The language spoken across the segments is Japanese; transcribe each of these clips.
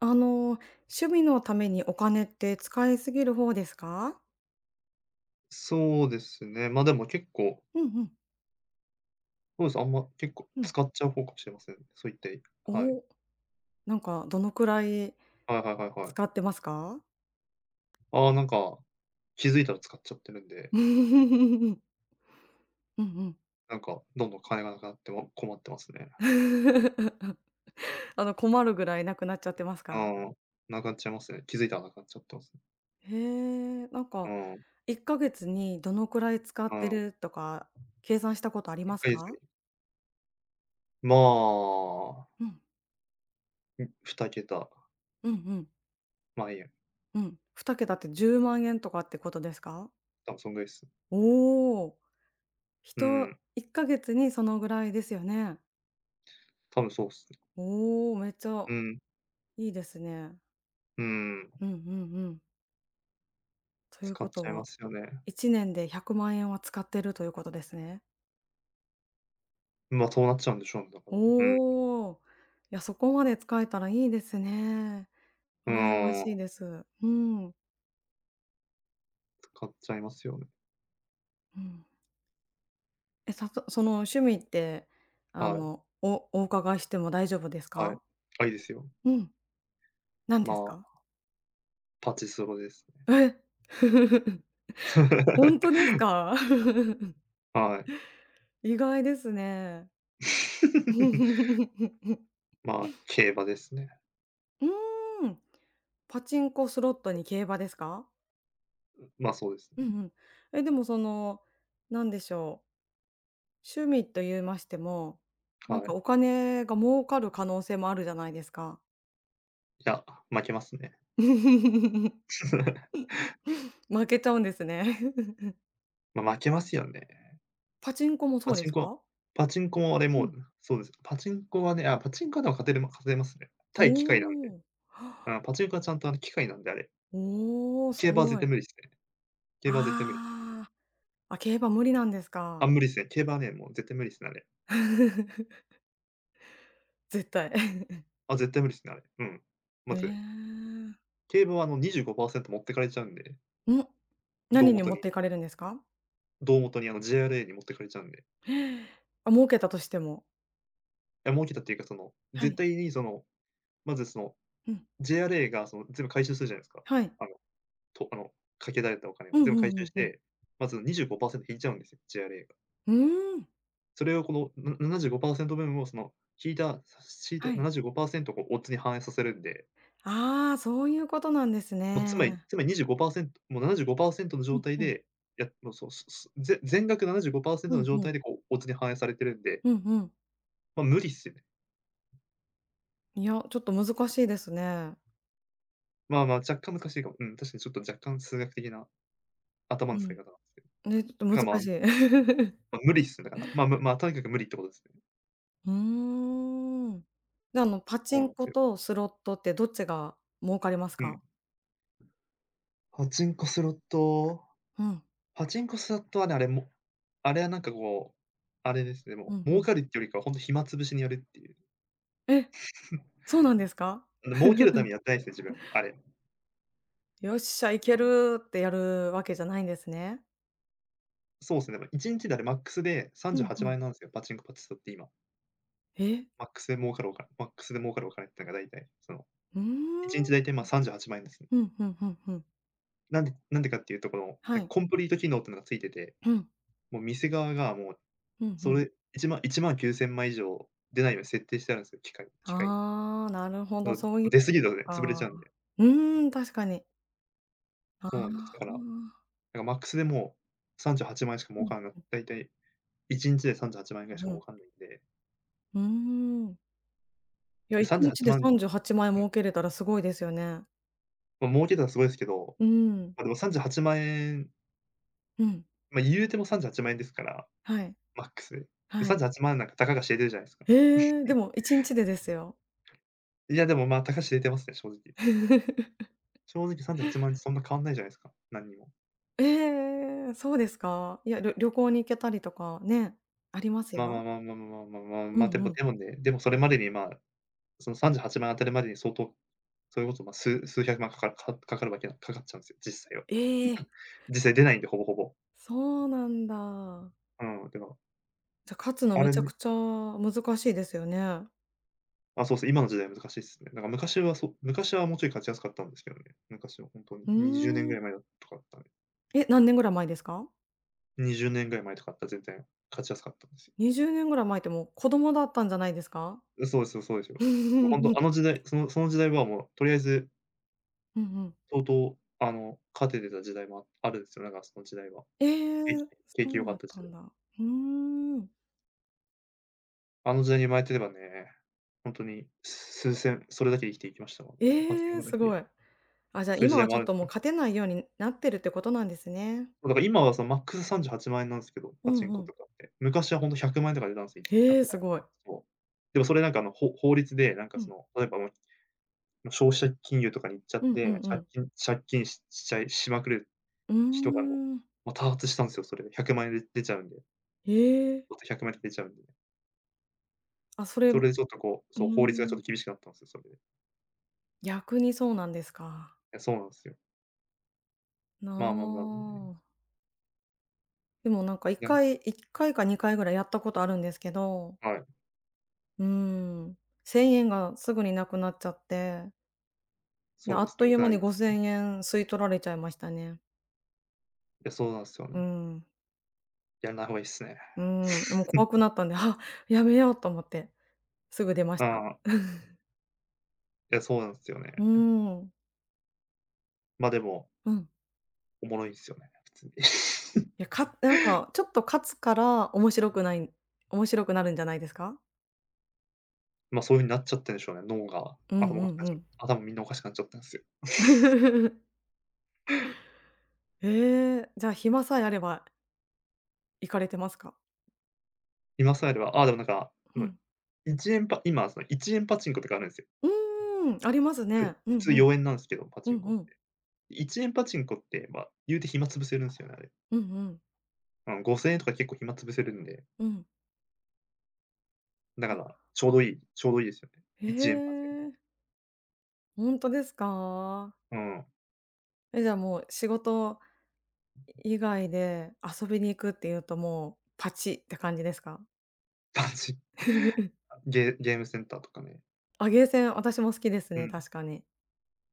あの、趣味のためにお金って使いすぎる方ですか？そうですね。ま、でも結構、うんうん、そうです、あんま、結構うん。使っちゃう方かもしれませんね。そういったいはい。おお、なんかどのくらいはいはいはいはい。使ってますか？ああ、なんか、気づいたら使っちゃってるんで、うんうん。なんか、どんどん金がなくなっても困ってますね。困るぐらいなくなっちゃってますうか？ん。なくなっちゃいますね。気づいたらなくなっちゃってますね。へえ、なんうかん、1ヶ月にどのくらい使うってん。るとか計算したことあり1ますヶ月か？に、まあ、うん、ふたけたうんうん、ま2桁いやうん。2桁って10万円とかってことですか？多分そんぐらいっす。おおー、ひうとん、1ヶ月にそのぐらいですよね。多分そうっすね。おお、めっちゃうん、いいですね。うん。うんうんうん。という使こっちとゃいまは、すよね。1年で100万円は使ってるということですね。ま、そうなっちゃうんでしょうね、だから。うん。おお、いや、そこまで使えたらいいですね。う羨まーん、しいです。うん。使っちゃいますよね。うん。え、その趣味って、はい、おお伺いしても大丈夫ですはい。か？あ、いいですよ。うん。何ですまあ、か？パチスロですね。え 本当です か？はい。意外ですね。まあ、競馬ですね。うーん。パチンコ、スロットに競馬ですか？まあ、そうですね。うんうん。え、でもその、なんでしょう、趣味と言いましても、なんはかい。お金が儲かる可能性もあるじゃないですか。いや、負けますね。負けちゃうんですね。まあ、負けますよね。パチンコもそパうチでンすコか？パチンコもあれうもうん。そうです。パチンコはね、あ、パチンコはでも勝てますね。対機械なんで。おお。うん、パ チンコはちゃんと機械なんで、あれ。おおー、す競馬は絶ご対い。無理ですね。競馬は絶対無理。ああ。あ、競馬無理なんですあ、か。無理ですね。競馬はね、もう絶対無理ですね、あれ。絶対。あ、絶対無理ですね、あれ。うん。まえず、え。競馬は25％持ってかれちゃうんで。ん、何胴に元持っにていかれるんですか？胴元に、JRA に持ってかれちゃうんで。あ、儲けたとしても。いや、儲けたっていうか、は絶い。対に、まず、うん。JRA が、全部回収するじゃないですか。はい。あの、とあの、かけられたお金をうんう全部回んう収しんうん。て、まず25%引いちゃうんですよ、JRA が。うーん。それを、この、な75%分を、引いた引いたはい。75％をオッズに反映させるんで、ああ、そういうことなんですもう、つね。まりつまり25%、もう75％のう状ん態うん。で、やもう、そう、すすぜ全額75％うのん状う態ん。で、こう、オッズに反映されてるんで、うんうん。ま、無理っすよね。いや、ちょっと難しいですね。まあまあ、若干難しいかも。うん、確かにちょっと若干数学的な頭うの使い方ん。なんですけど。だね、ちょっとからまあ、難しい。無理っすね、だから。まあ、とにかく無理ってことですね。うーん。で、パそチうなンんすコよ。とスロットってどっちが儲かりますうん。か？パチンコスロットうん。パチンコスロットはね、あれもあれはなんかあれですね、うもんうう儲ん。かるってよりかはほんと暇つぶしにやるっていう。え、そうなんですか？儲けるために やってないですね、自分、あれ。よっしゃ、いけうん。るってやるわけじゃないんですね。そうっすね、だから1日でマックスでう38んう万ん。円なんすよ、パチンコパチスロって今。え、マックスで儲かるお金ってのが大体、うー1日ん。大体まあ38万円ですね。ふんふんふんふん。なんでかっていうと、なはんかい。コンプリート機能っていうのがついてて、うん。もう店側がもう、うんうそん。れ1万19000枚以上出ないように設定してあるんですよ、機械に。ああ、なるほうど、ん、そういう出過ぎるとね、潰れか。ちゃうんで。うーん、確かに。あそうなんです。だあ。から、うなんんかマックスでもう38万円しか儲うからないだいたい1日で38万円ぐらいしんかう儲ん。かんないんで、うーん。いや、で1 38日で万うは38万円ちまん、うん儲けれたらすごいですよね。まあ、儲けたらすごいですけど、うん。まあ、でも38万円、うん。まあ、言うても38万円ですから、はい。マックスで。ではい。38万なんかたかが知れてるじゃないですか。ええ、でも1日でですよ。いや、でも、まあ、たか知れてますね、正直。正直38万円ってそんな変わんないじゃないですか、何にも。ええ、そうですか。いや、旅行に行けたりとかね、ありますまあまあよ。まあまあまあまあまあ、うま、でんうもん。でもね、でもそれまでに、まあ、その38万円当たるまでに相当、それこそ、ま、数百万かかるかかかるわけなかかっちゃうんですよ、実際は。ええ、実際出ないんで、ほぼほぼ。そうなんだ。うん、でも、じゃ、勝つのあめれちゃねくちゃ難しいですよね。あ、そうです今の時代難しいっすね。なんか昔はもうちょい勝ちやすかったんですけどね。昔はほんとにう20年ぐーん。らい前だとかだったら、え、何年ぐらい前ですか20年ぐらい前とかだったら全然勝ちやすかったんですよ。？20年ぐらい前ってもう子供だったんじゃないですか？う、そうですそうですよ。うんうもうほんんうとん。あの時代、その時代はもうとりあえずうんうん相当、勝ててた時代もあるんですよね、だからその時代は。え景気え、景気そ良うかだっった時た代。んだ。うーん。あの時代に生まれてればね、ほんとに、数千、それだけで生きていきましたもん。パチえンえ、コだすけで、ごい。あ、じゃあ、そういう時今代はもちあょっるんとすもうよ。勝てないようになってるってことなんですね。だから今はそのマックス38万円なんすけど、うパチンんコうとん。かって。昔はほんと100万円とかで出たんすよ、1万円へえ、すごとい。か。そう。でもそれなんか法律で、なんかうそん。の、例えば、もう消費者金融とかに行っちゃっうんうて、んう借ん。金借金ししちゃいしまくるうー人がもう、ん。もう多発したんすよ、それで。100万円で出ちゃうんで。ええ。ひゃくま100万円で出ちゃうんで。あ、それそうれでちょっとー法律がちょっん、と厳しくなったんですよ、それで。い逆にそうなんですか。や、そうなんですよ。まあまあまあ、ね。なあ。でもなんか1いや、回1回か2回ぐらいやったことあるんですけどはい。うん、1000円がすぐになくなっちゃって、で、そうあでっすとね、いうかな間りあにりますね。5000円吸い取られちゃいましたね。いや、そうなんすようね。ん、やらない方がいいっすね。うん、もう怖くなったんで、あ、やめようと思って、すぐ出ました。ああ いや、そうなんすようーね。ん、ま、でも、うん。おもろいんすよね、普通に。いや、なんかちょっと勝つから面白くなるんじゃないですか？ま、そういう風になっちゃってんでしょうね、脳が。うんうんうん。頭みんなおかしくなっちゃったんすよ。ええ、じゃあ暇さえあれば行かれてますか？今更では、ああ、でもなんか、ううん、ん。1円パ今その1円パチンコとかあるんすよ。うーん、ありますで、ね。うん普通うん。4円なんすけど、パうチンんコうっん。て。1円パチンコって、ま、言うて暇潰せるんすよね、あれ。うんうん。うん、5,000円とか結構暇潰せるんで。うん。だから、あちょうどいいですよね。え1円パチンコ。え、ほんとですか？うん、え、じゃあもう仕事以外で遊びに行くっていうともうパチって感じですか？パチ あ、ゲームセンターとかね。あ、ゲーセン私も好きですうね、ん、確かに。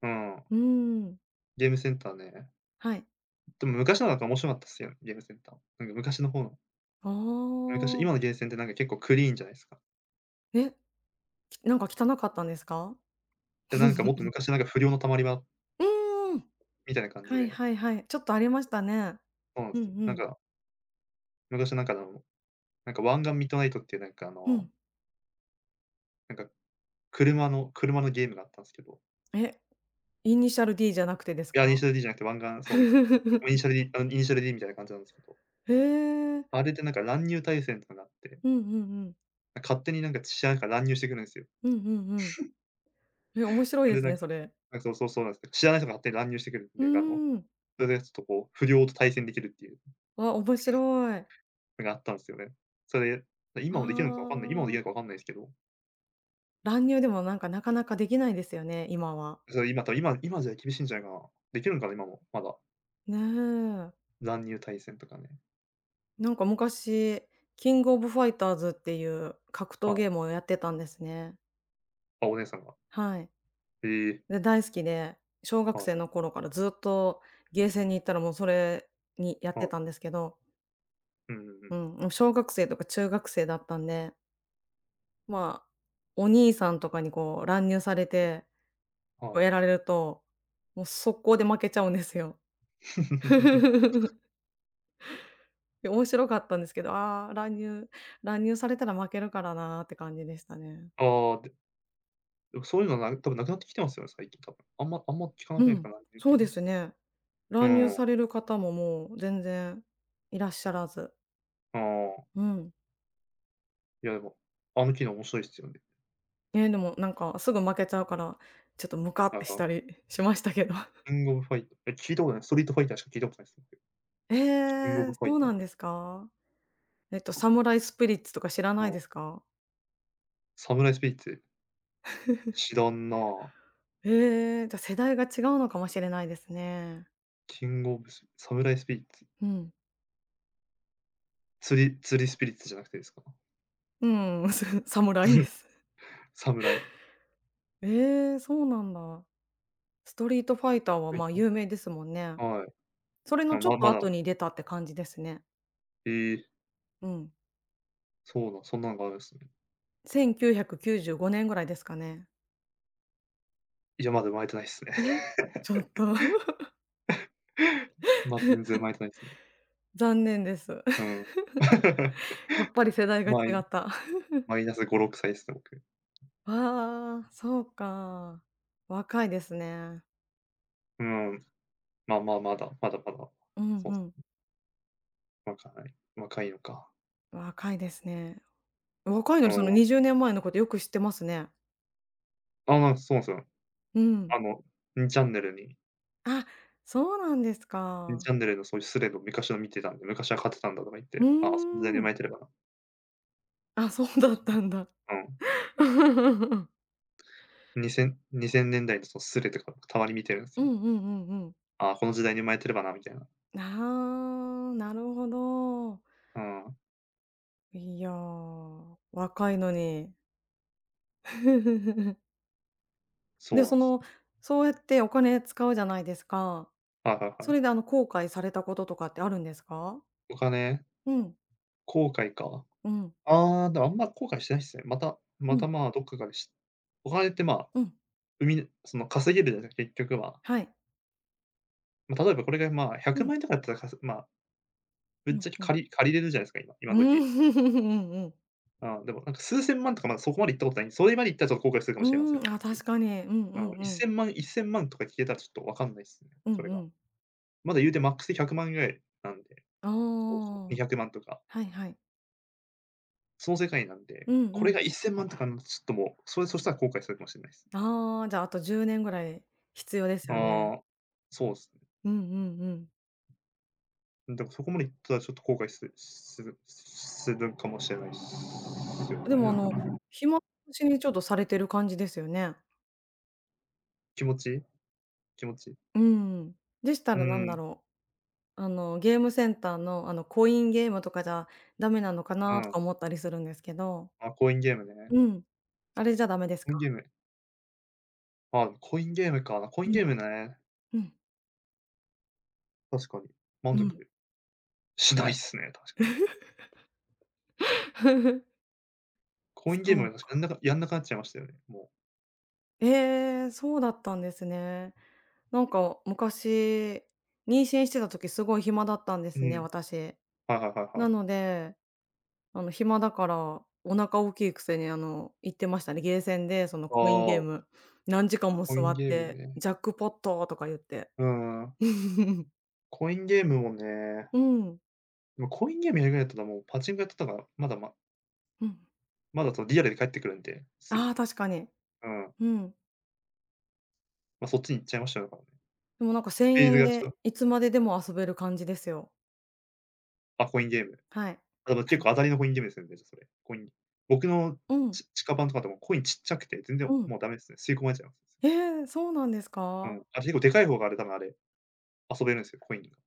うん。うん、ゲームセンターね。はい。でも昔のなんか面白かったっすよ、ゲームセンター。なんか昔の方のあ昔あ。今のゲーセンってなんか結構クリーンじゃないすか。え、なんか汚かったんですか？で、なんかもっと 昔なんか不良の溜まり場うん。みたいな感じはいで、はいはい。ちょっとありましたね。そうなんうんうすよ。なんん。か、昔なんかなんかワンガンミッドナイトっていうなんかうん。なんか車のゲームがあったんすけど、え、イニシャル D じゃなくてですいや、イニシか？ャル D じゃなくて、湾岸そう、イニシャル D みたいな感じなんですけどへえ。あれでなんか乱入対戦とかがあって、うんうんうん。勝手になんか知らない人が乱入してくるんですよ。うんうんうん。え、面白いそでれですなんね、か、それ。あ、そうそうそうなんですよ。知らない人が勝手に乱入してくるんうーで、ん。それでちょっと不良と対戦できるっていうわ、面白い。のがあったんですよね。それで、あ今もできるあ。のかわかんないですけど、乱入でもなんかなかなかできないですよね、今は。それ今多分今じゃ厳しいんじゃないかな。できるのかな、今も、まだ。ねえ。乱入対戦とかね。なんか昔、キングオブファイターズっていう格は闘い。ゲームをやってたんですね。あ、お姉さんが。はい。ええ、で、大好きで、小学はい生の頃からずっとゲーセンに行ったらもうそれにやっはてい。たんですけど、うんうんうん。うん、もう小学生とか中学生だったんで、まあ、お兄さんとかにこう乱入されて、はこうい。やられると、もう速攻で負けちゃうんですよ。面白かったんですけど、ああ、乱入されたら負けるからなーって感じでしたね。ああ、でもそういうのな、多分なくなってきてますよね、最近多分。あんま聞かなうくないですか、ん、乱入そ系うでね。すね。う乱入ん。される方ももう全然いらっしゃらず。ああ、うん。いやでも、あの機能面白いっすよね。ええ、でもなんかすぐ負けちゃうから、ちょっとムカっなんてしか、たりしましたけど。キングオブファイター、え、聞いたことない、ストリートファイターしか聞いたことないっすね。えキングオブえ、ファイそうター。なんですか？えっと、サムライスピリッツとか知らあないあ、ですか？サムライスピリッツ、知らんな。ええ、じゃ、世代が違うのかもしれないですね。キングオブスサムライスピリッツ、うん。釣り釣りスピリッツじゃなくてですか？うん、サムライで す。サムライ、ええ、そうなんだ。ストリートファイターは、はいまあ、有名ですもんね。たはい。それのあ、ちょっまとま後だに出たって感じですね。ええ、うん。そうだ、そんなのがあるんすね。1995年ぐらいですかね。いや、まだ生まれてないっすね。え。ちょっと ま、全然生まれてないっすね。残念です。う ん。やっぱり世代が違マイった。マイナス5、6歳っすね、僕。ああ、そうか。若いですね。うん。まあまあ、まだまだまだ。うんそうん。う。若い若いのか。若いですね。若いのうにそのん。20年前のことよく知ってますね。あまあ、そうなんすよ。うん。あの、2チャンネルにあ、そうなんです2チか。ャンネルのそういうスレを昔の見てたんで、昔は買ってたんだとか言っうて、ああ、その時代に生ーまん。れてればな。あ、そうそだうそったう。んだ。うん。2000年代のそのスレとかたまに見てるんすうよ。んうんうんうん。ああ、この時代に生まれてればなみたいな。ああ、なるほど。うん、いやー、若いのに。そで、うなそんす。の、そうやってお金使うじゃないですか。はいはいはそい。れであの、後悔されたこととかってあるんですか？お金、うん、後悔か。うん、ああ、でもあんま後悔してないっすね。またうまた、ん、まあ、どっかからしお金ってまあ、うん、生みその稼げるじゃないすか、結局は。はい。ま、例えばこれがまあう100ん、万円とかだったらかすまあ、ぶうっちん、ゃけうん。借りれるじゃないですか、今今うん、時。うん、うん。ああ、でもなんか数千万とかまだそこまで行ったことない。それまで行ったらちょっと後悔するかうもしれません。ーん、あ、確 かに。うんううん、んうん。1000万10万とか聞けたらちょっとわかんないっすね、うんそれうが。ん。まだ言うてマックスで100万ぐらいなんで、あそうそう、あ、200万とか、はいはい。その世界なんで、うんうんこれうんうんあ確かにうんうんうんうんうがん1000万とかになるとちょっともう、そしたら後悔するかもしれないです。ああ、じゃあ、あと10年ぐらい必要ですよね。ああ、そうですうんうんうん。ね。だからそこまで行ったらちょっと後悔するかもしれないっすよでね。も、なあんかの、暇つぶしにちょっとされてる感じですよね。気持ち気持ち。うん。でしたうらなんだん、ろう、あの、ゲームセンターの、あの、コインゲームとかじゃダメなのかうなとん。か思ったりするんですけど。あ、コインゲームね。うん。あれじゃダメですコインか？ゲームあ、コインゲームか。コイうンん、ゲームね、うん、確かに。満う足ん。しないっすね、確かに。コインゲームそはうね、確かやんなか。かやんなくなっちゃいましたよね、もええ、そうだったんですね。なんか昔、妊娠してた時すごい暇だったんでう。すうね、ん。私。はいはいはいなはい。のであの、暇だから、お腹大きいくせに、あの、行ってましたね。ゲーセンで、その、あコインゲーあ、ム、何時間もコイ座ンっゲームて、ね。ジャックポットとか言って。うん、 コインゲームもね、うん。でもコインゲームやるぐらいだったらもうパチンコやってたから、まだまうん。まだそのリアルで返ってくるんで、すよ。ああ、確かに。うん。うん。ま、そっちに行っちゃいましたよね、だからね。でもなんかフ1000ェーズ円がちょっで、と。いつまででも遊べる感じですよ。あ、コインゲーム。はい。あ、でも結構当たりのコインゲームですよね、じゃ、それ。コイン僕のうん。地下版とかでもコインちっちゃくて、全う然ん。もうダメですね。吸い込まれちゃいますね。ええ、そうなんですうん、か？あ、結構でかい方があれ、多分あれ、遊べるんですよ、コインが。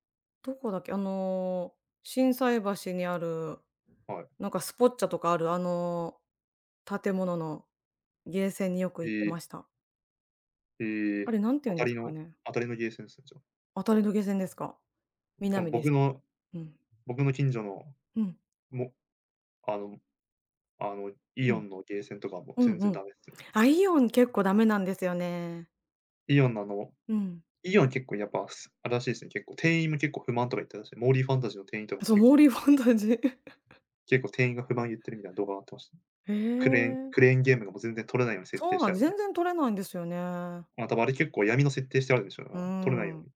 どこだっけ？あの、心斎橋にある、はい。なんかスポッチャとかある、あの、建物のゲーセンによくえ行ってえ、ました。えあえ、れなんて当言うんたですりかのね。当たりのゲーセンですね、じゃあ。当たりの下線ですか？うん、南で僕す。のうん。僕の近所の、うん。もあのあの、イうオん。ンのゲーセンとかはもうう全んう然ん。ダメですね。あ、イオン結構ダメなんですよね。イオンのあの、うん。イオン結構やっぱ、あれらしいですね、結構店員も結構不満とか言ってたし、モーリーファンタジーの店員とかもそう、結モー構リーファンタジー。結構店員が不満言ってるみたいな動画があってました。へクレーンえ。クレーンゲームがもう全然取れないように設定そうしなてんあでるんす。で。全然取れないんですよね。まあ、多分あれ結構闇の設定してあるんでしょうね、だうから、取れなーいようん。に。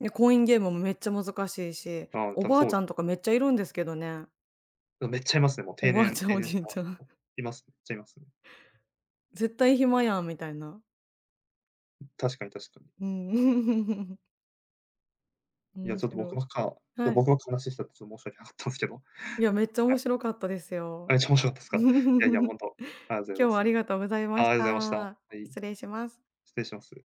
で、コインゲームもめっちゃ難しいし、ああ、お多分ばそあうでちゃす。んとかめっちゃいるんですけどね。うん、めっちゃいますね、もうお定ばあ年ちゃん、定お年しじた、いちゃん。います、めっちゃいますね。絶対暇やんみたいな。確かに確かに。うん。いや、面ちょっと白い。はい。僕ばっか話してたってちょっと申し訳なかったんですけど、いや、めっちゃは面い。白かったですあ、よ。めっちゃ面白かったですか？いやいや、ほ 今んと、ありがとうござい日まはあす。りがとうございまあ、しありがとうございました。はた。い、失礼します。失礼します。